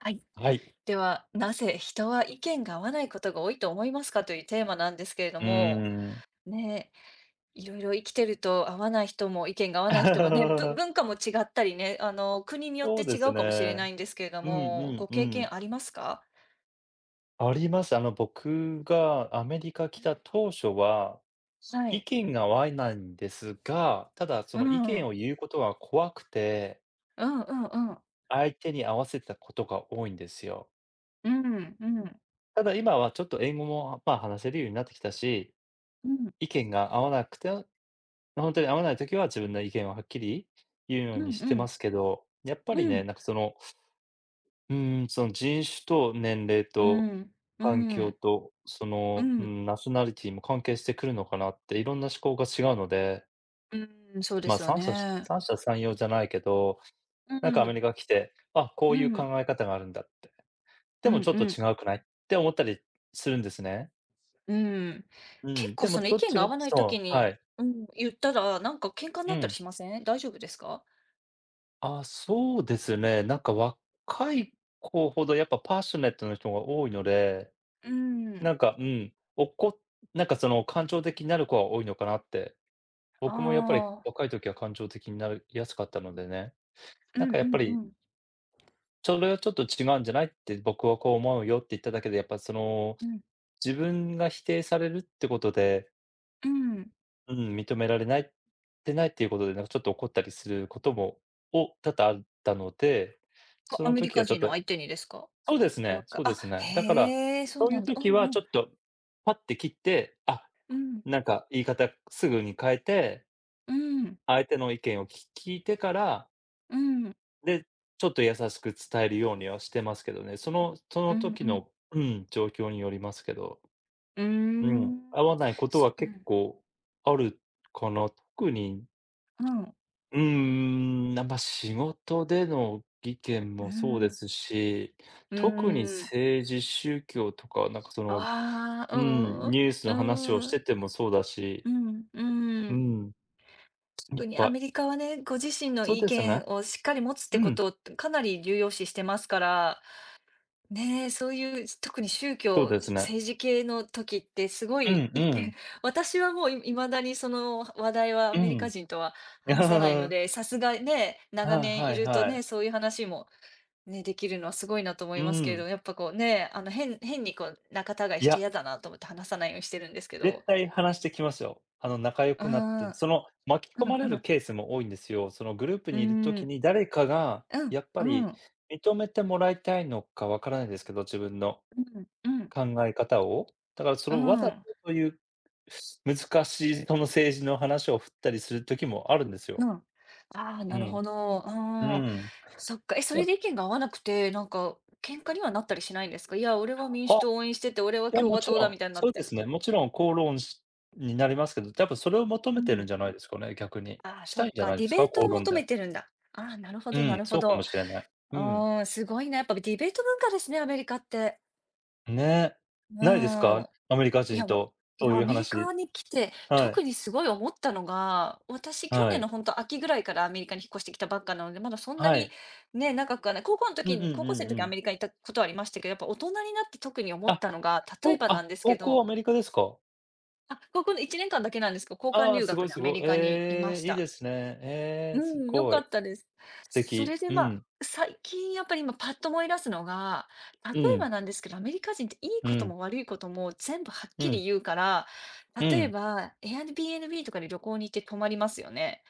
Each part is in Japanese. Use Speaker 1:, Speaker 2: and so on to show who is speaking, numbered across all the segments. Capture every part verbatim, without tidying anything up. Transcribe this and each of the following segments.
Speaker 1: はい。
Speaker 2: はい。
Speaker 1: では、なぜ人は意見が合わないことが多いと思いますかというテーマなんですけれど
Speaker 2: うー
Speaker 1: も、
Speaker 2: ん。
Speaker 1: ね、いろいろ生きてると合わない人も意見が合わない人もね、ぶ文 化も違ったりね、あの、国によっ
Speaker 2: そ
Speaker 1: て
Speaker 2: うで
Speaker 1: 違
Speaker 2: す
Speaker 1: うかもしれな
Speaker 2: ね。
Speaker 1: いんですけれど
Speaker 2: うんう
Speaker 1: も、
Speaker 2: ん
Speaker 1: ご
Speaker 2: う
Speaker 1: 経
Speaker 2: ん。
Speaker 1: 験ありますか？
Speaker 2: あります。あの、僕がアメリカ来た当初は、
Speaker 1: は
Speaker 2: 意
Speaker 1: い。
Speaker 2: 見が合わないんですが、ただそ
Speaker 1: う
Speaker 2: の意
Speaker 1: ん。
Speaker 2: 見を言うことが怖くて、
Speaker 1: うんうんうん。
Speaker 2: 相手に合わせてたことが多いんですよ。
Speaker 1: うんうん。
Speaker 2: ただ今はちょっと英語も、まあ、話せるようになってきたし、
Speaker 1: うん
Speaker 2: 意見が合わなくて、本当に合わない時は自分の意見をはっきり言うよ
Speaker 1: う
Speaker 2: うにし
Speaker 1: ん
Speaker 2: て
Speaker 1: う
Speaker 2: ま
Speaker 1: ん。
Speaker 2: すけど、やっぱり
Speaker 1: う
Speaker 2: ね、
Speaker 1: ん。
Speaker 2: なんかそのうーん、その人種と年齢
Speaker 1: う
Speaker 2: と
Speaker 1: ん。う
Speaker 2: 環境
Speaker 1: ん。
Speaker 2: と、そ
Speaker 1: う
Speaker 2: の、う
Speaker 1: ん。
Speaker 2: ん、ナショナリティも関係してくるのかなって、いろんな思考が違うので、
Speaker 1: うん。そうで
Speaker 2: ま、
Speaker 1: すよ
Speaker 2: 三者
Speaker 1: ね。
Speaker 2: 三者三様じゃないけど、
Speaker 1: う
Speaker 2: なんかアメ
Speaker 1: ん。
Speaker 2: リカ来て、あ、こ
Speaker 1: う
Speaker 2: ういう
Speaker 1: ん。
Speaker 2: 考え方があるんだって。で
Speaker 1: うん
Speaker 2: もちょっ
Speaker 1: う
Speaker 2: と
Speaker 1: ん
Speaker 2: 違うくない？って思ったりするんですね。
Speaker 1: うん。
Speaker 2: う
Speaker 1: 結
Speaker 2: ん、で
Speaker 1: 構
Speaker 2: も
Speaker 1: その
Speaker 2: ど
Speaker 1: 意
Speaker 2: っ
Speaker 1: 見
Speaker 2: ち
Speaker 1: が
Speaker 2: が
Speaker 1: 合わないと
Speaker 2: そ
Speaker 1: き
Speaker 2: う、は
Speaker 1: に、
Speaker 2: い。
Speaker 1: うん、言ったら、なんか喧嘩に
Speaker 2: う
Speaker 1: なったり
Speaker 2: ん。
Speaker 1: しません？大丈夫ですか？
Speaker 2: あ、そうですね。なんか若い子ほどやっぱパッショネットな人が多いので
Speaker 1: うーん。
Speaker 2: なんか、うん、おこなんかその感情的になる子は多いのかなって。
Speaker 1: あ
Speaker 2: 僕もやっぱり
Speaker 1: あ。
Speaker 2: 若い時は感情的になりやすかったのでね。
Speaker 1: う
Speaker 2: なん
Speaker 1: ん
Speaker 2: か
Speaker 1: う
Speaker 2: やっぱ
Speaker 1: んう
Speaker 2: り、
Speaker 1: ん。
Speaker 2: それはちょっと違うんじゃないって僕はこう思うよって言っただけで、やっぱその、
Speaker 1: うん
Speaker 2: 自分が否定されるってことで、
Speaker 1: うん。
Speaker 2: うん、認められないってないっていうことで、なんかちょっと怒ったりすることも、を多々あったので、
Speaker 1: あ、
Speaker 2: そ
Speaker 1: ア
Speaker 2: の
Speaker 1: メリ
Speaker 2: 時
Speaker 1: カ
Speaker 2: はちょっ
Speaker 1: 人の
Speaker 2: と
Speaker 1: 相手にですか？
Speaker 2: そうですね
Speaker 1: わか
Speaker 2: そうで
Speaker 1: あ、
Speaker 2: すね。だから、
Speaker 1: へえ、そう
Speaker 2: そうい
Speaker 1: な
Speaker 2: う
Speaker 1: んだ。うん
Speaker 2: 時は
Speaker 1: う
Speaker 2: ち
Speaker 1: ん。
Speaker 2: ょっと、パッて切って、あ
Speaker 1: う
Speaker 2: なんか言い方すぐに変えて、
Speaker 1: ん。
Speaker 2: 相手の意見をき聞いてから、
Speaker 1: うん。
Speaker 2: で、ちょっと優しく伝えるようにはしてますけどね。そのそ
Speaker 1: う
Speaker 2: の
Speaker 1: ん。うん
Speaker 2: 時
Speaker 1: うん。
Speaker 2: の、うん、状況によりますけど、
Speaker 1: うー
Speaker 2: うん、合わ
Speaker 1: ん。
Speaker 2: ないこと
Speaker 1: す
Speaker 2: は
Speaker 1: う
Speaker 2: 結
Speaker 1: ん。
Speaker 2: 構あるかな。特に、
Speaker 1: うん。
Speaker 2: うーん、なんか仕事での意見
Speaker 1: うー
Speaker 2: もそうで
Speaker 1: ん。
Speaker 2: すし、
Speaker 1: う
Speaker 2: 特に
Speaker 1: ーん。
Speaker 2: 政治、宗教とか、なんかその、
Speaker 1: ああ、
Speaker 2: う
Speaker 1: う
Speaker 2: ん、
Speaker 1: ん。う
Speaker 2: ニュースの話をし
Speaker 1: ーん。
Speaker 2: ててもそうだし、
Speaker 1: うん、う
Speaker 2: う
Speaker 1: ん。
Speaker 2: ん、いっ
Speaker 1: 特に
Speaker 2: ぱ
Speaker 1: ア
Speaker 2: い
Speaker 1: メリカはね、ご自身の
Speaker 2: そう
Speaker 1: 意
Speaker 2: です
Speaker 1: 見
Speaker 2: ね。
Speaker 1: をしっかり持つっ
Speaker 2: う
Speaker 1: てこ
Speaker 2: ん、
Speaker 1: とをかなり重要視してますから、ねえ、そういう特に宗
Speaker 2: そう
Speaker 1: 教、
Speaker 2: ですね。
Speaker 1: 政治系の時ってすご
Speaker 2: う
Speaker 1: い
Speaker 2: ん
Speaker 1: 意
Speaker 2: う
Speaker 1: 見、
Speaker 2: ん、
Speaker 1: 私はもういまだにその話題はア
Speaker 2: う
Speaker 1: メリカ
Speaker 2: ん。
Speaker 1: 人とは話さないの で、さすがね、
Speaker 2: は
Speaker 1: 長
Speaker 2: い
Speaker 1: 年
Speaker 2: は
Speaker 1: い
Speaker 2: い
Speaker 1: ると
Speaker 2: はい。
Speaker 1: ね、そういう話も、ね、できるのはすごいなと思
Speaker 2: う
Speaker 1: いますけれ
Speaker 2: ん。
Speaker 1: ど、やっぱこうね、あの変、変にこう仲違い
Speaker 2: い
Speaker 1: して
Speaker 2: や、
Speaker 1: 嫌だなと思って話さないようにしてるんですけ
Speaker 2: 絶
Speaker 1: ど。
Speaker 2: 対話してきますよ。あの、仲良
Speaker 1: うー
Speaker 2: くなっ
Speaker 1: ん、
Speaker 2: て、そ
Speaker 1: う
Speaker 2: の、巻き込ま
Speaker 1: ん
Speaker 2: れ
Speaker 1: う
Speaker 2: る
Speaker 1: ん、
Speaker 2: ケースも多いんですよ。そのグループ
Speaker 1: う
Speaker 2: にいるとき
Speaker 1: ん、
Speaker 2: に誰かが
Speaker 1: うん、
Speaker 2: やっぱ
Speaker 1: う
Speaker 2: り
Speaker 1: ん。
Speaker 2: 認めてもらいたいのかわからないですけど、自分の
Speaker 1: うん、うん、
Speaker 2: 考え方を。だからそ
Speaker 1: う
Speaker 2: のわざと
Speaker 1: ん、
Speaker 2: そういう難しいその政治の話を振ったりする時もあるんです
Speaker 1: う
Speaker 2: よ。
Speaker 1: ん。ああ、な
Speaker 2: う
Speaker 1: る
Speaker 2: ん、
Speaker 1: ほど。う
Speaker 2: う
Speaker 1: ん。
Speaker 2: ん。
Speaker 1: そっか。え、それで意見が合わなくて、なんか、喧嘩にはなったりしないんですか。いや、俺は民主党を応援してて、俺は
Speaker 2: いや、
Speaker 1: 共
Speaker 2: も
Speaker 1: 和
Speaker 2: ち
Speaker 1: 党
Speaker 2: ろ
Speaker 1: だ、
Speaker 2: ん、
Speaker 1: みたいにな
Speaker 2: そ
Speaker 1: っ
Speaker 2: うで
Speaker 1: て。
Speaker 2: すね。もちろん口論しになりますけど、多分それを求
Speaker 1: う
Speaker 2: めてるんじ
Speaker 1: ん。
Speaker 2: ゃないですかね、逆に。
Speaker 1: ああ、
Speaker 2: した
Speaker 1: そ
Speaker 2: いん
Speaker 1: っ
Speaker 2: じゃ
Speaker 1: か。
Speaker 2: ないで
Speaker 1: ディ
Speaker 2: す
Speaker 1: ベ
Speaker 2: か？
Speaker 1: ート
Speaker 2: 口
Speaker 1: を
Speaker 2: 論
Speaker 1: 求
Speaker 2: で。
Speaker 1: めてるんだ。ああ、なるほ
Speaker 2: う
Speaker 1: ど、な
Speaker 2: ん、
Speaker 1: るほ
Speaker 2: そうかも
Speaker 1: ど。
Speaker 2: しれない。うん。
Speaker 1: うん、すごいな。やっぱディベート文化ですね、アメリカって。
Speaker 2: ね。
Speaker 1: う
Speaker 2: ないですか？
Speaker 1: ん。
Speaker 2: アメリカ
Speaker 1: い
Speaker 2: 人
Speaker 1: や、わ
Speaker 2: と
Speaker 1: い
Speaker 2: そ
Speaker 1: や、
Speaker 2: う
Speaker 1: ア
Speaker 2: いう
Speaker 1: メリカ
Speaker 2: 話。
Speaker 1: に来て、
Speaker 2: は
Speaker 1: 特
Speaker 2: い。
Speaker 1: にすごい思ったのが、私、去
Speaker 2: は
Speaker 1: 年の
Speaker 2: い。
Speaker 1: ほんと秋ぐらいからアメリカに引っ越してきたばっかなので、まだそんな
Speaker 2: は
Speaker 1: に
Speaker 2: い。
Speaker 1: ね、長くはない。高校の
Speaker 2: う
Speaker 1: 時
Speaker 2: んう
Speaker 1: に
Speaker 2: ん
Speaker 1: 高
Speaker 2: う
Speaker 1: 校生
Speaker 2: ん
Speaker 1: の
Speaker 2: う
Speaker 1: 時ア
Speaker 2: ん。
Speaker 1: メリカに行ったことはありましたけど、やっぱ大人になって特に思っ
Speaker 2: あ、
Speaker 1: たのが、例
Speaker 2: こ
Speaker 1: え
Speaker 2: う
Speaker 1: ばなん
Speaker 2: あ、
Speaker 1: ですけ
Speaker 2: 高校
Speaker 1: ど、
Speaker 2: アメリカですか？
Speaker 1: あ、高校のいちねんかんだけなんですけど、交換
Speaker 2: ああ、
Speaker 1: 留
Speaker 2: すご
Speaker 1: 学
Speaker 2: い
Speaker 1: で
Speaker 2: す
Speaker 1: アメ
Speaker 2: ご
Speaker 1: リ
Speaker 2: い。
Speaker 1: カにいま
Speaker 2: え
Speaker 1: し
Speaker 2: え、いいで
Speaker 1: た。
Speaker 2: すね。ええ、す
Speaker 1: うん、良
Speaker 2: ご
Speaker 1: か
Speaker 2: い。
Speaker 1: ったです。
Speaker 2: 素
Speaker 1: そ
Speaker 2: 敵。
Speaker 1: れで、
Speaker 2: う
Speaker 1: まあ、
Speaker 2: ん。
Speaker 1: 最近やっぱり今パッと思い出すのが、例
Speaker 2: う
Speaker 1: えば
Speaker 2: ん。
Speaker 1: なんですけど、アメリカ人っていい
Speaker 2: う
Speaker 1: こと
Speaker 2: ん。
Speaker 1: も悪いことも全部はっ
Speaker 2: う
Speaker 1: きり
Speaker 2: ん。
Speaker 1: 言うから、
Speaker 2: う
Speaker 1: 例え
Speaker 2: ん。
Speaker 1: ば Airbnb とかで旅行に行って泊まりますよね。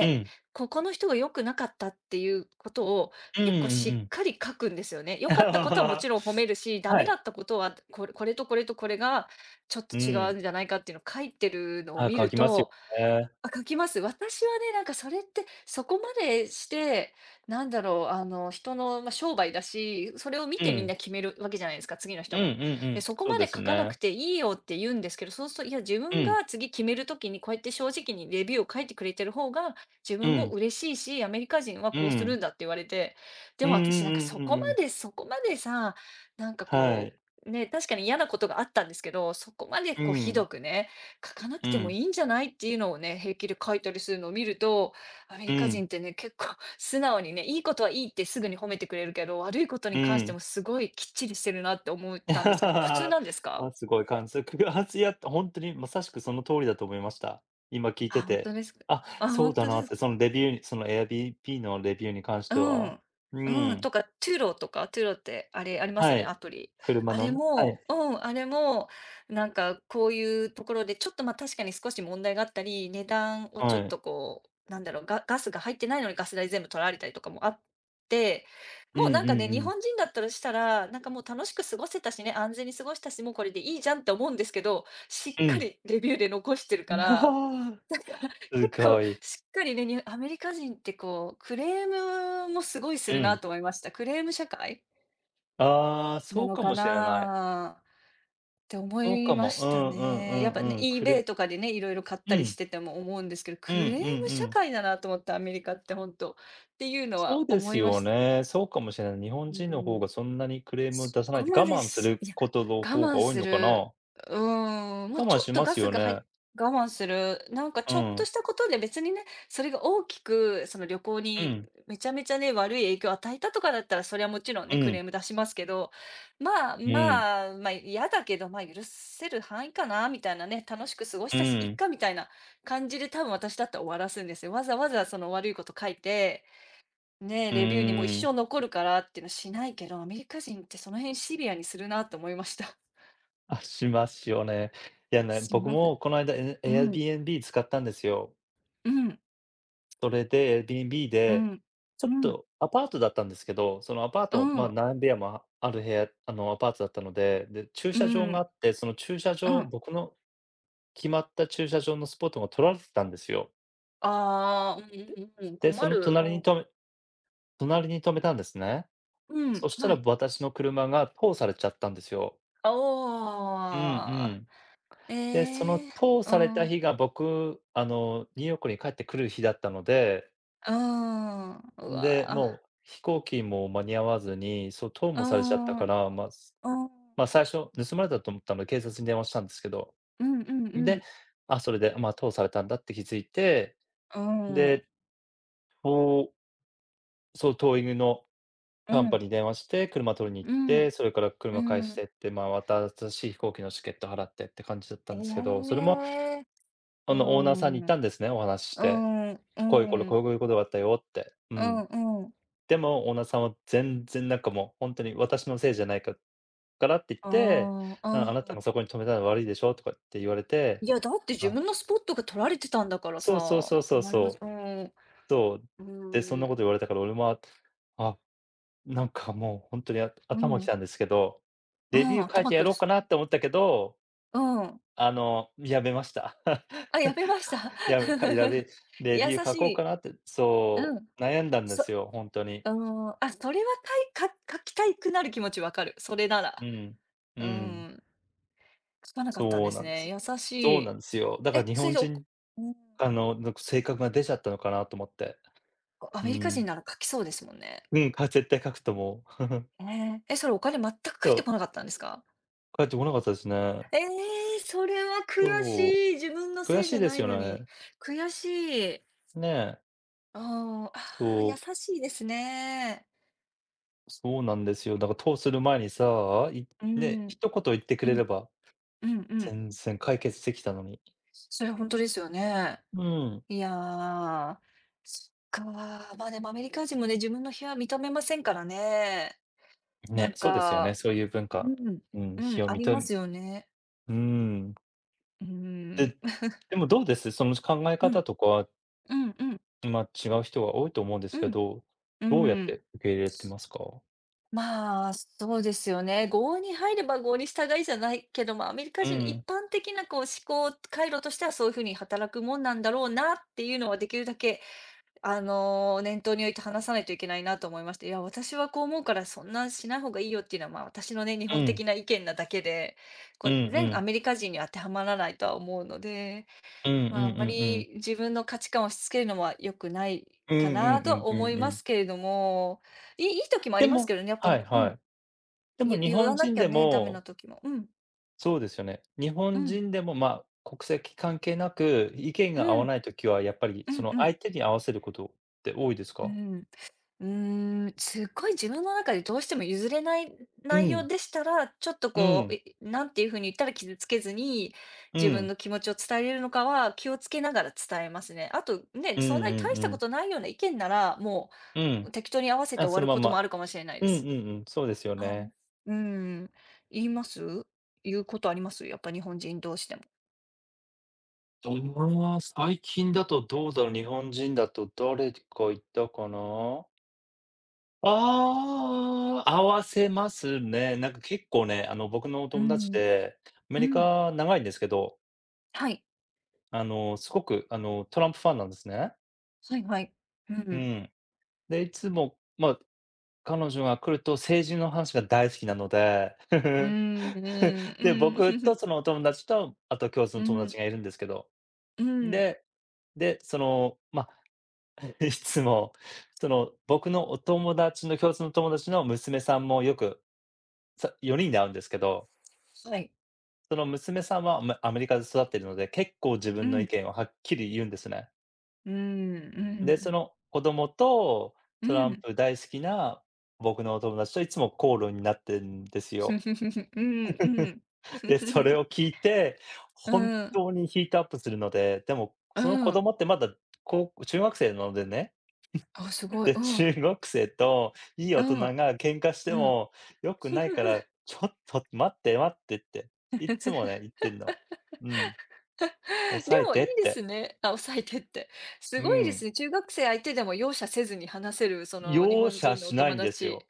Speaker 2: うん。
Speaker 1: ここの人が良くなかったっていうことを
Speaker 2: うんう
Speaker 1: 結構
Speaker 2: ん
Speaker 1: し
Speaker 2: う
Speaker 1: っ
Speaker 2: ん。
Speaker 1: かり書くんですよね。良かったことはも
Speaker 2: は
Speaker 1: ちろん褒めるし、ダメだ
Speaker 2: い。
Speaker 1: ったことはこれこれとこれとこれがちょっと
Speaker 2: う
Speaker 1: 違う
Speaker 2: ん。
Speaker 1: んじゃないかっていうのを書いてるのを
Speaker 2: あ、
Speaker 1: 見
Speaker 2: 書
Speaker 1: る
Speaker 2: きますよ
Speaker 1: と、
Speaker 2: ね。
Speaker 1: あ、書きます。私はね、なんかそれって、そこまでして、なんだろう、あの、人の、まあ、商売だし、それを見
Speaker 2: う
Speaker 1: てみん
Speaker 2: ん。
Speaker 1: な決めるわけじゃないですか、次の
Speaker 2: うん
Speaker 1: 人
Speaker 2: うん
Speaker 1: も。
Speaker 2: う
Speaker 1: で、
Speaker 2: ん。
Speaker 1: そこ
Speaker 2: そう
Speaker 1: ま
Speaker 2: で
Speaker 1: で
Speaker 2: す
Speaker 1: 書かなく
Speaker 2: ね。
Speaker 1: ていいよって言うんですけど、そうすると、いや、自
Speaker 2: う
Speaker 1: 分
Speaker 2: ん。
Speaker 1: が次決める時にこうやって正直にレビューを書いてくれてる方が、自
Speaker 2: う
Speaker 1: 分も
Speaker 2: ん。
Speaker 1: 嬉しいし、アメリカ人は
Speaker 2: う
Speaker 1: こうする
Speaker 2: ん。
Speaker 1: んだって言われて、で
Speaker 2: うん
Speaker 1: も
Speaker 2: う
Speaker 1: 私
Speaker 2: ん
Speaker 1: なんか
Speaker 2: うん
Speaker 1: そ
Speaker 2: う
Speaker 1: こま
Speaker 2: んうん。
Speaker 1: でそこまでさ、なんか
Speaker 2: は
Speaker 1: こ
Speaker 2: い。
Speaker 1: う、ね、確かに嫌なことがあったんですけど、そこまで
Speaker 2: う
Speaker 1: こうひ
Speaker 2: ん。
Speaker 1: どくね書かな
Speaker 2: う
Speaker 1: くても
Speaker 2: ん。
Speaker 1: いいんじゃないっていうのをね、平気で書いたりするのを見ると、アメ
Speaker 2: う
Speaker 1: リカ
Speaker 2: ん。
Speaker 1: 人ってね、結構 素直にね、いいことはいいってすぐに褒めてくれるけど、悪いこと
Speaker 2: う
Speaker 1: に関して
Speaker 2: ん。
Speaker 1: もすごいきっちりしてるなって思ったんですけど、普通 なんです
Speaker 2: ま
Speaker 1: か？
Speaker 2: あ、すごい感触があつやほんとにまさしくその通りだと思いました。今聞いて
Speaker 1: あ、本当
Speaker 2: て。
Speaker 1: ですか。
Speaker 2: あ、
Speaker 1: あ、
Speaker 2: そう
Speaker 1: 本
Speaker 2: だ
Speaker 1: 当で
Speaker 2: なっ
Speaker 1: す
Speaker 2: て、そ
Speaker 1: か。
Speaker 2: のレビューにその Airbnb のレビューに関し
Speaker 1: う
Speaker 2: ては。
Speaker 1: ん。
Speaker 2: う
Speaker 1: うん、
Speaker 2: ん。
Speaker 1: とか、t u ロ o とか、t u ロ o ってあれあります
Speaker 2: は
Speaker 1: よね、ア
Speaker 2: い。
Speaker 1: プリ。
Speaker 2: 車
Speaker 1: あ
Speaker 2: の
Speaker 1: れ
Speaker 2: ねは
Speaker 1: も
Speaker 2: い、
Speaker 1: うん、あれも、なんかこういうところで、ちょっと、ま、確かに少し問題があったり、値段をち
Speaker 2: は
Speaker 1: ょっ
Speaker 2: い。
Speaker 1: とこう、なんだろう、ガガスが入ってないのにガス代全部取られたりとかもあって、
Speaker 2: うん
Speaker 1: もう
Speaker 2: う
Speaker 1: な
Speaker 2: ん
Speaker 1: んかね、日
Speaker 2: うん。
Speaker 1: 本人だったらしたら、なんかもう楽しく過ごせたしね、安全に過ごしたし、もうこれでいいじゃんって思うんですけど、しっ
Speaker 2: う
Speaker 1: か
Speaker 2: ん。
Speaker 1: りレビューで残してるから
Speaker 2: す
Speaker 1: 結構
Speaker 2: ごい。
Speaker 1: しっかりね、にアメリカ人ってこう、クレームもすごいす
Speaker 2: う
Speaker 1: るな
Speaker 2: ん。
Speaker 1: と思いました。クレーム社会
Speaker 2: ああ、そ
Speaker 1: な
Speaker 2: う
Speaker 1: の
Speaker 2: か
Speaker 1: か
Speaker 2: もしれない。
Speaker 1: なって思
Speaker 2: そう
Speaker 1: い
Speaker 2: か
Speaker 1: ま
Speaker 2: も。う
Speaker 1: した
Speaker 2: んうんう
Speaker 1: ね。やっ
Speaker 2: ん
Speaker 1: ぱね、
Speaker 2: うん。く
Speaker 1: eBay
Speaker 2: れ
Speaker 1: とかでね、いろいろ買っ
Speaker 2: う
Speaker 1: たりし
Speaker 2: ん。
Speaker 1: てても思うんですけど、
Speaker 2: うんうん
Speaker 1: ク
Speaker 2: う
Speaker 1: レーム社
Speaker 2: ん。
Speaker 1: 会だなと思った、アメリカって本当。っていうの
Speaker 2: そ
Speaker 1: は
Speaker 2: うで
Speaker 1: 思
Speaker 2: す
Speaker 1: いま
Speaker 2: よ
Speaker 1: した。
Speaker 2: ね。そうかもしれない。日本
Speaker 1: う
Speaker 2: 人の方
Speaker 1: ん。
Speaker 2: がそんなにクレームを
Speaker 1: そ
Speaker 2: 出さない
Speaker 1: こ
Speaker 2: で、我
Speaker 1: まで
Speaker 2: 慢す
Speaker 1: す、
Speaker 2: る
Speaker 1: いや、
Speaker 2: ことの
Speaker 1: 我
Speaker 2: 方が
Speaker 1: 慢
Speaker 2: 多い
Speaker 1: す
Speaker 2: のかな。
Speaker 1: る、うーん、も
Speaker 2: 我
Speaker 1: うち
Speaker 2: 慢
Speaker 1: ょっ
Speaker 2: し
Speaker 1: と
Speaker 2: ま
Speaker 1: ガ
Speaker 2: す
Speaker 1: ス
Speaker 2: よ
Speaker 1: が入、
Speaker 2: ね。
Speaker 1: い我慢する、なんか
Speaker 2: う
Speaker 1: ちょっと
Speaker 2: ん。
Speaker 1: したことで別にね、それが大きくその旅行
Speaker 2: う
Speaker 1: に
Speaker 2: ん。
Speaker 1: めちゃめちゃね、悪い影響を与えたとかだったら、それはもちろん
Speaker 2: う
Speaker 1: ね、クレ
Speaker 2: ん。
Speaker 1: ーム出しますけど、まあ
Speaker 2: うん。
Speaker 1: まあ、ま、あ嫌だけど、ま、あ許せる範囲かなみたいなね、楽しく過ごし
Speaker 2: う
Speaker 1: たし、いっ
Speaker 2: ん。
Speaker 1: かみたいな感じで多分私だったら終わらすんですよ。わざわざその悪いこと書いてね、え
Speaker 2: う
Speaker 1: レビューにもう一
Speaker 2: ーん。
Speaker 1: 生残るからっていうのはしないけど、アメリカ人ってその辺シビアにするなと思いました。
Speaker 2: あ、しますよね。いやね、
Speaker 1: し
Speaker 2: 僕
Speaker 1: ます。
Speaker 2: もこの間、エ
Speaker 1: うん、
Speaker 2: Airbnb 使ったんですよ。
Speaker 1: うん、
Speaker 2: それで、Airbnb
Speaker 1: う
Speaker 2: で、
Speaker 1: ん、
Speaker 2: ちょ
Speaker 1: う
Speaker 2: っ
Speaker 1: ん、
Speaker 2: とアパートだったんですけど、そのアパー
Speaker 1: う
Speaker 2: ト、ま、
Speaker 1: ん、
Speaker 2: 何部屋もある部屋あの、アパートだったので、で、駐
Speaker 1: う
Speaker 2: 車場があ
Speaker 1: ん、
Speaker 2: って、その駐車
Speaker 1: う
Speaker 2: 場
Speaker 1: ん。
Speaker 2: 僕の決まった駐車場のスポットが取られてたんですよ。
Speaker 1: ああ、うんうんうん、
Speaker 2: で、そ
Speaker 1: 困
Speaker 2: の
Speaker 1: る。う
Speaker 2: 隣に
Speaker 1: ん、
Speaker 2: 止め隣に止めたんですね。
Speaker 1: うん、
Speaker 2: そした
Speaker 1: は
Speaker 2: ら
Speaker 1: い。
Speaker 2: 私の車が通されちゃったんですよ。うんう
Speaker 1: ああ、
Speaker 2: ん。で、その
Speaker 1: ええ、
Speaker 2: 通
Speaker 1: う
Speaker 2: され
Speaker 1: ん、
Speaker 2: た
Speaker 1: う
Speaker 2: 日が僕、あの、ニューヨークに帰ってくる日だったので
Speaker 1: ーん、う
Speaker 2: で、
Speaker 1: わ、
Speaker 2: もう飛行機も間に合わずに、そう、盗
Speaker 1: うー
Speaker 2: もされちゃった
Speaker 1: ん、
Speaker 2: か
Speaker 1: う
Speaker 2: ら、まあ、す
Speaker 1: ーん、
Speaker 2: まあ、最初盗まれたと思ったので、警察に電話したんですけど、
Speaker 1: うんうんう
Speaker 2: で、
Speaker 1: ん、
Speaker 2: あ、それで、まあ、盗されたんだって気づいて、
Speaker 1: うん、
Speaker 2: で、とうそう、トーイングの
Speaker 1: う
Speaker 2: カンパ
Speaker 1: ん、
Speaker 2: に電話して、車取りに行っ
Speaker 1: う
Speaker 2: て、
Speaker 1: ん、
Speaker 2: それから
Speaker 1: う
Speaker 2: 車返し
Speaker 1: ん、
Speaker 2: てって、まあ、また新しい飛行機のチケット払ってって感じだったんですけど、それ
Speaker 1: え
Speaker 2: も、
Speaker 1: え、
Speaker 2: あ
Speaker 1: う
Speaker 2: の、オーナーさんに
Speaker 1: ん
Speaker 2: 言っ
Speaker 1: うん
Speaker 2: たんですね、お話しし
Speaker 1: う
Speaker 2: て。
Speaker 1: んうんうんうんうんうんうんええうん
Speaker 2: こういうこれ
Speaker 1: うん、うん、
Speaker 2: こういうことがあったよって。う
Speaker 1: う
Speaker 2: ん。
Speaker 1: んうん。
Speaker 2: でも、オーナーさんは全然なんかもうほんとに「私のせいじゃないかから」って言っ
Speaker 1: あ
Speaker 2: て、「うん、あ
Speaker 1: あ、
Speaker 2: なた
Speaker 1: う
Speaker 2: が
Speaker 1: ん。
Speaker 2: そこに止めたの悪いでしょ」とかって言われて、
Speaker 1: いや、だって自
Speaker 2: あ、
Speaker 1: 分のスポットが取られてたんだから
Speaker 2: そうそう
Speaker 1: さ、
Speaker 2: そう
Speaker 1: っ
Speaker 2: そ
Speaker 1: て
Speaker 2: う
Speaker 1: なります。
Speaker 2: そう、
Speaker 1: うん、
Speaker 2: そう、
Speaker 1: う
Speaker 2: で、そんなこと
Speaker 1: ん、
Speaker 2: 言われたから俺も、あ、なんかもうほんとにあ
Speaker 1: う
Speaker 2: 頭き
Speaker 1: ん、
Speaker 2: たんですけど、
Speaker 1: う
Speaker 2: レ
Speaker 1: ん、
Speaker 2: ビュー書い
Speaker 1: 頭
Speaker 2: てや
Speaker 1: く
Speaker 2: ろ
Speaker 1: る
Speaker 2: うか
Speaker 1: そ
Speaker 2: な
Speaker 1: れ。
Speaker 2: って思ったけど、
Speaker 1: うん。
Speaker 2: あの、やめました。
Speaker 1: あ、やめました。
Speaker 2: やめかやめ レ
Speaker 1: 優
Speaker 2: ビュー
Speaker 1: し
Speaker 2: 書こうか
Speaker 1: い。
Speaker 2: なって、
Speaker 1: う
Speaker 2: そ
Speaker 1: ん。
Speaker 2: う、悩んだんで
Speaker 1: そう
Speaker 2: すよ、ほんとに。
Speaker 1: ーん、あ、それはかいか書きたいくなる気持ちわかる、それな
Speaker 2: う
Speaker 1: ら。
Speaker 2: ん、う
Speaker 1: うー
Speaker 2: ん。
Speaker 1: ん、書かなかったん
Speaker 2: そ
Speaker 1: で
Speaker 2: うな
Speaker 1: す
Speaker 2: んで
Speaker 1: ね。
Speaker 2: す。
Speaker 1: 優し
Speaker 2: そうなん
Speaker 1: い。
Speaker 2: ですよ。だから
Speaker 1: え、
Speaker 2: 日
Speaker 1: それ
Speaker 2: 本
Speaker 1: じゃ、お
Speaker 2: 人、
Speaker 1: うん、
Speaker 2: あの、なんか性格が出ちゃったのかなと思って。
Speaker 1: ア
Speaker 2: う
Speaker 1: メリカ
Speaker 2: ん。
Speaker 1: 人なら書きそうですもんね。
Speaker 2: うん、か絶対書くともう。
Speaker 1: ええ、え、それお金全く
Speaker 2: そ
Speaker 1: 返って
Speaker 2: う、
Speaker 1: こなかったんですか？
Speaker 2: 返ってこなかったですね。
Speaker 1: ええ、それは悔
Speaker 2: そ
Speaker 1: しい。自分の
Speaker 2: う。悔
Speaker 1: せい
Speaker 2: し
Speaker 1: じ
Speaker 2: い
Speaker 1: ゃ
Speaker 2: で
Speaker 1: な
Speaker 2: す
Speaker 1: い
Speaker 2: よ
Speaker 1: のに。
Speaker 2: ね。
Speaker 1: 悔しい。
Speaker 2: ねえ。
Speaker 1: ああ、ああ、優
Speaker 2: そう、
Speaker 1: しいですね。
Speaker 2: そうなんですよ。だから通する前にさ、い
Speaker 1: うん、
Speaker 2: ね、
Speaker 1: うん、
Speaker 2: 一言言ってくれれば、
Speaker 1: うんうん。
Speaker 2: 全然解決できたのに。
Speaker 1: それはほんとですよね。
Speaker 2: うん。
Speaker 1: いや、そっか。まあ、でもアメリカ人もね、自分の日は認めませんからね。な
Speaker 2: ね、
Speaker 1: ん
Speaker 2: そうですよね、
Speaker 1: か、
Speaker 2: そういう文化。
Speaker 1: うん、
Speaker 2: うん、
Speaker 1: うん、
Speaker 2: 日を
Speaker 1: あ
Speaker 2: み
Speaker 1: り
Speaker 2: と
Speaker 1: ま
Speaker 2: う
Speaker 1: すよね。
Speaker 2: ん。
Speaker 1: うーん。
Speaker 2: で、でもどうです？その考え
Speaker 1: うん、
Speaker 2: 方と
Speaker 1: う
Speaker 2: かは
Speaker 1: んうんうん。
Speaker 2: まあ、違う人が多いと思うんです
Speaker 1: う
Speaker 2: け
Speaker 1: ん、
Speaker 2: ど、
Speaker 1: う
Speaker 2: どうやっ
Speaker 1: ん。
Speaker 2: て受け入れてますか？
Speaker 1: まあ、そうですよね。郷に入れば郷に従いじゃないけど、まあ、アメリカ
Speaker 2: う
Speaker 1: 人の一
Speaker 2: ん、
Speaker 1: 般的なこう思考回路としてはそういう風に働くもんなんだろうなっていうのはできるだけ、あの、念頭に置いて話さないといけないなと思いまして、いや、私はこう思うからそんなしない方がいいよっていうのは、まあ、私のね、日
Speaker 2: う
Speaker 1: 本
Speaker 2: ん、
Speaker 1: 的な意見なだけで、
Speaker 2: う
Speaker 1: こ
Speaker 2: んう
Speaker 1: う、全ア
Speaker 2: ん、
Speaker 1: メリカ人に当てはまらないとは思うので、
Speaker 2: うんうんうん
Speaker 1: まあ、あんま
Speaker 2: うん。
Speaker 1: り自分の価値観を押し付けるのは良くない
Speaker 2: うんう
Speaker 1: かなとは
Speaker 2: んうんう
Speaker 1: 思い
Speaker 2: んう
Speaker 1: ま
Speaker 2: ん。
Speaker 1: すけれども、いいいい時もあ
Speaker 2: で
Speaker 1: ります
Speaker 2: も
Speaker 1: けどね、やっぱ、
Speaker 2: はい
Speaker 1: う
Speaker 2: は
Speaker 1: ん
Speaker 2: い。でも
Speaker 1: ゆ
Speaker 2: 日
Speaker 1: 言わ
Speaker 2: 本
Speaker 1: な
Speaker 2: 人
Speaker 1: きゃ
Speaker 2: で
Speaker 1: ね、ダメな
Speaker 2: も、
Speaker 1: 時も。うん。
Speaker 2: そうですよね。日
Speaker 1: う
Speaker 2: 本
Speaker 1: ん。
Speaker 2: 人でも、まあ、国籍関係なく、意見
Speaker 1: う
Speaker 2: が合
Speaker 1: ん。
Speaker 2: わ
Speaker 1: うん。
Speaker 2: ないときはやっぱり、その、
Speaker 1: うん。
Speaker 2: 相手に合わせることって多いです
Speaker 1: う
Speaker 2: か？
Speaker 1: ん。うーん。すっごい自分の中でどうしても譲れない
Speaker 2: う
Speaker 1: 内容
Speaker 2: ん、
Speaker 1: でしたら、ちょっと
Speaker 2: う
Speaker 1: こう、
Speaker 2: ん、
Speaker 1: いなんていう風に言ったら傷つけずに、
Speaker 2: う
Speaker 1: 自分
Speaker 2: ん、
Speaker 1: の気持ちを伝えれるのかは気をつけながら伝えますね。あと、
Speaker 2: う
Speaker 1: ね、
Speaker 2: ん
Speaker 1: そんなに
Speaker 2: うん
Speaker 1: 大し
Speaker 2: う
Speaker 1: たこ
Speaker 2: ん、
Speaker 1: とないような意見なら、も
Speaker 2: うん。
Speaker 1: う適当に合わせて
Speaker 2: あ、
Speaker 1: 終わ
Speaker 2: その
Speaker 1: る
Speaker 2: ま
Speaker 1: こともあ
Speaker 2: ま。
Speaker 1: るかもしれない
Speaker 2: う
Speaker 1: で
Speaker 2: んうん
Speaker 1: す。
Speaker 2: うん、そうですよ
Speaker 1: はい。
Speaker 2: ね。
Speaker 1: うん。言います？言うことあります？やっぱ日本人同士でも。
Speaker 2: ああ、最近だとどうだろう、日本人だと誰かいたかな？ああー、合わせますね。なんか結構ね、あの、僕のお
Speaker 1: う
Speaker 2: 友達
Speaker 1: ん、
Speaker 2: で、アメ
Speaker 1: う
Speaker 2: リ
Speaker 1: ん、
Speaker 2: カ長いんですけど、
Speaker 1: はい。
Speaker 2: あの、すごく、あの、トランプファンなんですね。
Speaker 1: はいはい。う
Speaker 2: う
Speaker 1: ん。
Speaker 2: ん。で、いつも、まあ、彼女が来ると政治の話が大好きなので、
Speaker 1: う ん、うん、
Speaker 2: で、
Speaker 1: うん、
Speaker 2: 僕
Speaker 1: ふ
Speaker 2: と
Speaker 1: ふ。
Speaker 2: そのお友達と、あと共通の
Speaker 1: う
Speaker 2: 友達
Speaker 1: ん、
Speaker 2: がいるんですけど、
Speaker 1: うん。
Speaker 2: でで、その、まあ、いつも、その、僕のお友達の共通の友達の娘さんもよく、さよにんで会うんですけど、
Speaker 1: はい。
Speaker 2: その娘さんは、ま、アメリカで育っているので、結構自
Speaker 1: う
Speaker 2: 分の意
Speaker 1: ん、
Speaker 2: 見をはっきり言うんですね。
Speaker 1: うん、う
Speaker 2: で、そ
Speaker 1: ん、
Speaker 2: の子供と
Speaker 1: う
Speaker 2: トラン
Speaker 1: ん。
Speaker 2: プ大好きな僕のお友達といつも口論になってんですよ。
Speaker 1: ふふふふ。うん、うん。ふ
Speaker 2: で、
Speaker 1: ふ
Speaker 2: そ
Speaker 1: ふ
Speaker 2: れ
Speaker 1: ふ。
Speaker 2: を聞いて、
Speaker 1: う
Speaker 2: 本
Speaker 1: ん、
Speaker 2: 当にヒートアップするので、でも、
Speaker 1: う
Speaker 2: その子
Speaker 1: ん。
Speaker 2: 供ってまだ、こう中学生なのでね、
Speaker 1: あ、す
Speaker 2: で、
Speaker 1: ごい。うん、
Speaker 2: 中学生といい
Speaker 1: う
Speaker 2: 大人
Speaker 1: ん、
Speaker 2: が喧嘩して
Speaker 1: うん。
Speaker 2: も良くないから、ちょっと待って待ってって、いっつもね、言ってんの。うん、
Speaker 1: で
Speaker 2: 抑え
Speaker 1: も
Speaker 2: て
Speaker 1: いい
Speaker 2: っ
Speaker 1: で
Speaker 2: て。
Speaker 1: すね、あ、おさいてって。す
Speaker 2: う
Speaker 1: ごいです
Speaker 2: ん。
Speaker 1: ね。中学生相手でも容赦せずに話せる、その日
Speaker 2: 容
Speaker 1: 本
Speaker 2: 赦
Speaker 1: 人のお
Speaker 2: しない
Speaker 1: 友
Speaker 2: んです
Speaker 1: 達。
Speaker 2: よ。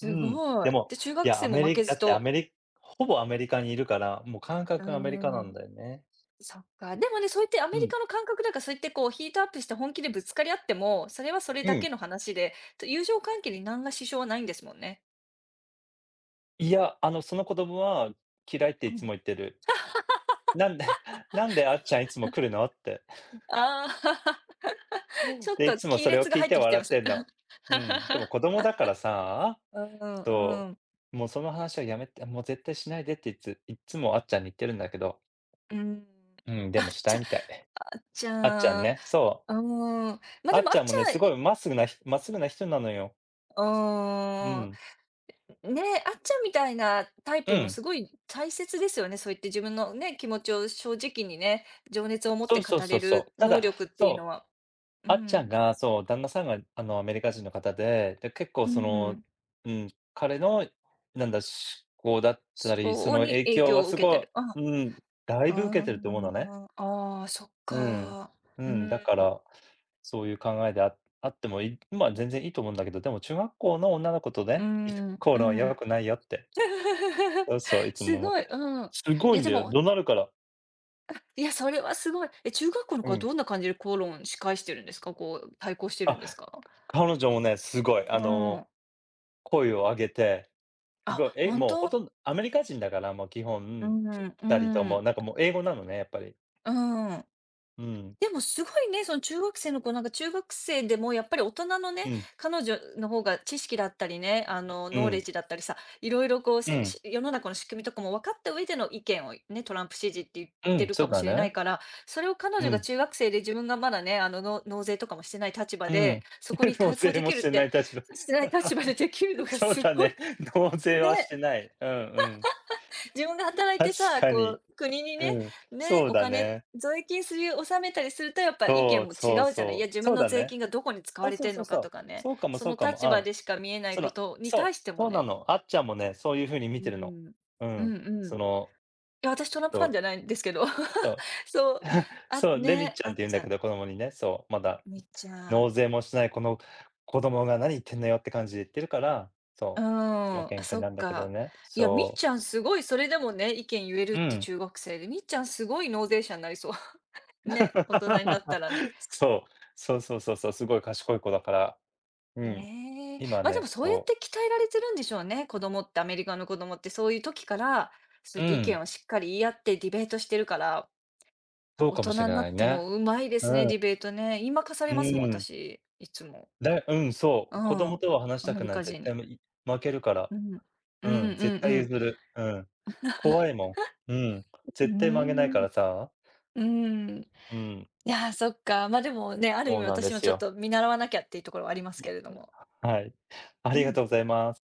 Speaker 2: うん。
Speaker 1: ご
Speaker 2: で
Speaker 1: い。
Speaker 2: も、
Speaker 1: で、中
Speaker 2: い
Speaker 1: 学
Speaker 2: や、ア
Speaker 1: 生も
Speaker 2: メ
Speaker 1: 負
Speaker 2: リ
Speaker 1: け
Speaker 2: だ
Speaker 1: じ
Speaker 2: ってアメ
Speaker 1: と。
Speaker 2: リほぼアメリカにいるから、もう感
Speaker 1: うー
Speaker 2: 覚がアメリカなん
Speaker 1: ん。
Speaker 2: だよね。
Speaker 1: そっか。でもね、そう言ってア
Speaker 2: う
Speaker 1: メリ
Speaker 2: ん。
Speaker 1: カの感覚だから、そう言ってこうヒートアップして本気でぶつかり合っても、それはそれ
Speaker 2: う
Speaker 1: だけ
Speaker 2: ん。
Speaker 1: の話で、と友情関係に何ら支障はないんですもんね。
Speaker 2: いや、あの、その子供は嫌いって
Speaker 1: う
Speaker 2: いつも
Speaker 1: ん。
Speaker 2: 言ってる。なんで なんであっちゃんいつも来るのって。
Speaker 1: ああ、ちょっ
Speaker 2: で、い
Speaker 1: と
Speaker 2: つも
Speaker 1: 亀
Speaker 2: それを
Speaker 1: 裂が
Speaker 2: 聞い
Speaker 1: 入っ
Speaker 2: て
Speaker 1: てきて
Speaker 2: 笑
Speaker 1: ま
Speaker 2: って
Speaker 1: す。
Speaker 2: んの。うん。でも子 供だからさ、
Speaker 1: うん、
Speaker 2: そ
Speaker 1: うん。
Speaker 2: う、もうその話はやめて、もう絶対しないでっていついっつもあっちゃんに言ってるんだけど、
Speaker 1: うん。
Speaker 2: うん、で
Speaker 1: あっ
Speaker 2: もした
Speaker 1: ち
Speaker 2: い
Speaker 1: ゃ
Speaker 2: みたい。
Speaker 1: あっち
Speaker 2: あっちゃん
Speaker 1: ゃん。う
Speaker 2: ね、そう。
Speaker 1: ーん。ま、あ
Speaker 2: あ
Speaker 1: で
Speaker 2: っ
Speaker 1: もあ
Speaker 2: ちゃ
Speaker 1: っ
Speaker 2: ん
Speaker 1: ち
Speaker 2: もね、
Speaker 1: ゃん。
Speaker 2: すごいまっすぐなひまっすぐな人なのよ。
Speaker 1: う
Speaker 2: うん。
Speaker 1: ん。ねえ、あっちゃんみたいなタイ
Speaker 2: う
Speaker 1: プも
Speaker 2: ん。
Speaker 1: すごい大切ですよね。そう言って自分のね、気持ちを正直にね、情熱を持っ
Speaker 2: そ
Speaker 1: て
Speaker 2: うそう
Speaker 1: 語
Speaker 2: そ
Speaker 1: れ
Speaker 2: うそう。
Speaker 1: る
Speaker 2: た
Speaker 1: 能
Speaker 2: だ、
Speaker 1: 力っていうの
Speaker 2: そう、
Speaker 1: は、う
Speaker 2: あっちゃん
Speaker 1: ん、
Speaker 2: が、そう、旦那さんが、あの、アメリカ人の方で、で、結構
Speaker 1: う
Speaker 2: その、
Speaker 1: ん、
Speaker 2: うん、彼の、なんだ、思考だった
Speaker 1: そ
Speaker 2: り、そ
Speaker 1: こ
Speaker 2: の
Speaker 1: に
Speaker 2: 影
Speaker 1: 影
Speaker 2: 響
Speaker 1: 響
Speaker 2: は
Speaker 1: を
Speaker 2: す
Speaker 1: 受け
Speaker 2: ご
Speaker 1: て
Speaker 2: い。
Speaker 1: る。あ、
Speaker 2: うん、だい
Speaker 1: あ
Speaker 2: ぶ受けてると
Speaker 1: ー
Speaker 2: 思うのね。
Speaker 1: ああ、そっ
Speaker 2: うん。
Speaker 1: か。
Speaker 2: う
Speaker 1: う
Speaker 2: ん、だ
Speaker 1: ん、
Speaker 2: から、そういう考えでああっても、い今全然いいと思うんだけど、でも中学校の女の子と
Speaker 1: う
Speaker 2: ね、
Speaker 1: ん、
Speaker 2: 口
Speaker 1: う
Speaker 2: 論はやば
Speaker 1: ん。
Speaker 2: くないよって、そ うそう、いつも
Speaker 1: す
Speaker 2: 思っ
Speaker 1: ごい、
Speaker 2: てる。
Speaker 1: うん。
Speaker 2: すご
Speaker 1: い
Speaker 2: い
Speaker 1: や、
Speaker 2: ん
Speaker 1: で
Speaker 2: だよ、
Speaker 1: も、
Speaker 2: 怒鳴るから。
Speaker 1: いや、それはすごい。え、中学校の
Speaker 2: う
Speaker 1: 子は
Speaker 2: ん。
Speaker 1: どんな感じで口論し返してるんですか？こう、対抗してる
Speaker 2: あ、
Speaker 1: んですか？
Speaker 2: 彼女もね、すごい、
Speaker 1: う
Speaker 2: あの、
Speaker 1: ん。
Speaker 2: 声を上げてすごい、
Speaker 1: あ、
Speaker 2: え、
Speaker 1: 本
Speaker 2: もうほ
Speaker 1: 当？
Speaker 2: とんどアメリカ人だから、もう基
Speaker 1: う
Speaker 2: 本、
Speaker 1: ん、
Speaker 2: ふたりと
Speaker 1: う
Speaker 2: も、
Speaker 1: ん、
Speaker 2: なんかもう英語なのね、やっぱり。
Speaker 1: うん。
Speaker 2: うん。
Speaker 1: でもすごいね、その中学生の子、なんか中学生でもやっぱり大人のね、
Speaker 2: うん。
Speaker 1: 彼女の方が知識だったりね、あの、
Speaker 2: う
Speaker 1: ノーレッ
Speaker 2: ん。
Speaker 1: ジだったりさ、いろいろこう、
Speaker 2: う
Speaker 1: せ
Speaker 2: ん。
Speaker 1: し世の中の仕組みとかも分かった上での意見をね、トランプ支持って言っ
Speaker 2: う
Speaker 1: て
Speaker 2: ん、
Speaker 1: る
Speaker 2: そ
Speaker 1: か
Speaker 2: う
Speaker 1: も
Speaker 2: だ
Speaker 1: しれない
Speaker 2: ね。
Speaker 1: から、それを彼
Speaker 2: う
Speaker 1: 女が
Speaker 2: ん。
Speaker 1: 中学生で自分がまだね、あの、の納税とかもしてない立場
Speaker 2: う
Speaker 1: で、
Speaker 2: ん。
Speaker 1: そこに
Speaker 2: 納
Speaker 1: 対抗
Speaker 2: 税
Speaker 1: で
Speaker 2: も
Speaker 1: き
Speaker 2: し
Speaker 1: るっ
Speaker 2: てな
Speaker 1: て、
Speaker 2: い、確か。
Speaker 1: してない立 場でできるのが
Speaker 2: そう
Speaker 1: す
Speaker 2: だ
Speaker 1: ごい。
Speaker 2: ね。納 税はして
Speaker 1: ね。
Speaker 2: ない。うんうん。
Speaker 1: 自分が働い
Speaker 2: 確
Speaker 1: てさ、
Speaker 2: か
Speaker 1: こ
Speaker 2: に。
Speaker 1: う、国に
Speaker 2: う
Speaker 1: ね、
Speaker 2: ん。
Speaker 1: ね、
Speaker 2: そう
Speaker 1: お
Speaker 2: だ
Speaker 1: 金、
Speaker 2: ね。
Speaker 1: 税金する納めたりするとやっぱ意
Speaker 2: そ
Speaker 1: 見
Speaker 2: う
Speaker 1: も違
Speaker 2: そう
Speaker 1: うじゃない。い
Speaker 2: そ
Speaker 1: や、
Speaker 2: う。
Speaker 1: 自
Speaker 2: そ
Speaker 1: 分
Speaker 2: う
Speaker 1: の
Speaker 2: だ
Speaker 1: 税
Speaker 2: ね。
Speaker 1: 金がどこに使
Speaker 2: そ
Speaker 1: わ
Speaker 2: う
Speaker 1: れ
Speaker 2: そう
Speaker 1: てん
Speaker 2: そう
Speaker 1: の
Speaker 2: そ
Speaker 1: か
Speaker 2: う。
Speaker 1: とかね、
Speaker 2: そうかも
Speaker 1: そ
Speaker 2: そう
Speaker 1: の
Speaker 2: かも。う
Speaker 1: 立場
Speaker 2: ん。
Speaker 1: でしか見えない
Speaker 2: そ
Speaker 1: こ
Speaker 2: の
Speaker 1: とに
Speaker 2: そう、
Speaker 1: 対しても
Speaker 2: そうな
Speaker 1: ね。
Speaker 2: の。あっちゃんもね、そういう風に見
Speaker 1: う
Speaker 2: てるの。
Speaker 1: ん。
Speaker 2: う
Speaker 1: う
Speaker 2: ん。
Speaker 1: んうん。
Speaker 2: そ
Speaker 1: い
Speaker 2: の、
Speaker 1: や、私トランプ
Speaker 2: そ
Speaker 1: ファンじ
Speaker 2: う、
Speaker 1: ゃないんですけど。
Speaker 2: そう。
Speaker 1: そう。あ、
Speaker 2: そう、レミ
Speaker 1: ね、
Speaker 2: ちゃ
Speaker 1: あ
Speaker 2: んっ
Speaker 1: っ
Speaker 2: て言うん
Speaker 1: ち
Speaker 2: だ
Speaker 1: ゃ
Speaker 2: け
Speaker 1: ん、
Speaker 2: ど、子供にね、そう、まだ
Speaker 1: みっちゃん。
Speaker 2: 納税もしないこの子供が「何言ってんのよ」って感じで言ってるから、
Speaker 1: うー
Speaker 2: そう、もう
Speaker 1: ん、あ、
Speaker 2: 喧嘩
Speaker 1: そ
Speaker 2: にな
Speaker 1: っ
Speaker 2: るんだけど
Speaker 1: か。
Speaker 2: ね、
Speaker 1: いや、みっ
Speaker 2: そう。
Speaker 1: ちゃんすごい、それでもね、意見言える
Speaker 2: う
Speaker 1: って
Speaker 2: ん。
Speaker 1: 中学生で、みっちゃんすごい納税者になりそう。ね、大人になった らね。
Speaker 2: そう、そうそうそうそう、すごい賢い子だから、うん。
Speaker 1: ええ。
Speaker 2: 今
Speaker 1: ま、で
Speaker 2: ね、
Speaker 1: もそうやっ
Speaker 2: そ
Speaker 1: て鍛えられてるんでしょうね。子供ってアメリカの子供ってそういう時から、そう
Speaker 2: う、
Speaker 1: や
Speaker 2: う
Speaker 1: って意
Speaker 2: ん、
Speaker 1: 見をしっかり言い合ってディベートしてるから、
Speaker 2: そう
Speaker 1: 大
Speaker 2: かも
Speaker 1: 人
Speaker 2: しれ
Speaker 1: にな
Speaker 2: ない
Speaker 1: って
Speaker 2: ね。
Speaker 1: もうまいで
Speaker 2: う
Speaker 1: す
Speaker 2: ん、
Speaker 1: ね、
Speaker 2: う
Speaker 1: ディベートね。言い負かされますもん、
Speaker 2: ん。
Speaker 1: 私、いつも。
Speaker 2: だうん、そ
Speaker 1: う
Speaker 2: う、子
Speaker 1: ん。
Speaker 2: 供とは話し
Speaker 1: ア
Speaker 2: た
Speaker 1: メ
Speaker 2: く
Speaker 1: リ
Speaker 2: ない、
Speaker 1: カ
Speaker 2: 絶
Speaker 1: 人
Speaker 2: 対
Speaker 1: に。
Speaker 2: むい負けるから。
Speaker 1: うん。う
Speaker 2: う
Speaker 1: ん
Speaker 2: ん、
Speaker 1: う
Speaker 2: 絶
Speaker 1: ん
Speaker 2: 対
Speaker 1: う
Speaker 2: 譲
Speaker 1: ん。
Speaker 2: る。うん。怖い もん。うん、
Speaker 1: うー
Speaker 2: 絶対曲げないか
Speaker 1: ん。う
Speaker 2: らさ。
Speaker 1: ーん。い
Speaker 2: うん、
Speaker 1: やー、そっか。ま、でもね、ある意
Speaker 2: そ
Speaker 1: 味
Speaker 2: うなんで
Speaker 1: 私も
Speaker 2: す
Speaker 1: ちょっ
Speaker 2: よ。
Speaker 1: と見習わなきゃっていうところはありますけれども。
Speaker 2: はい。あ
Speaker 1: う
Speaker 2: りが
Speaker 1: ん。
Speaker 2: とうございます。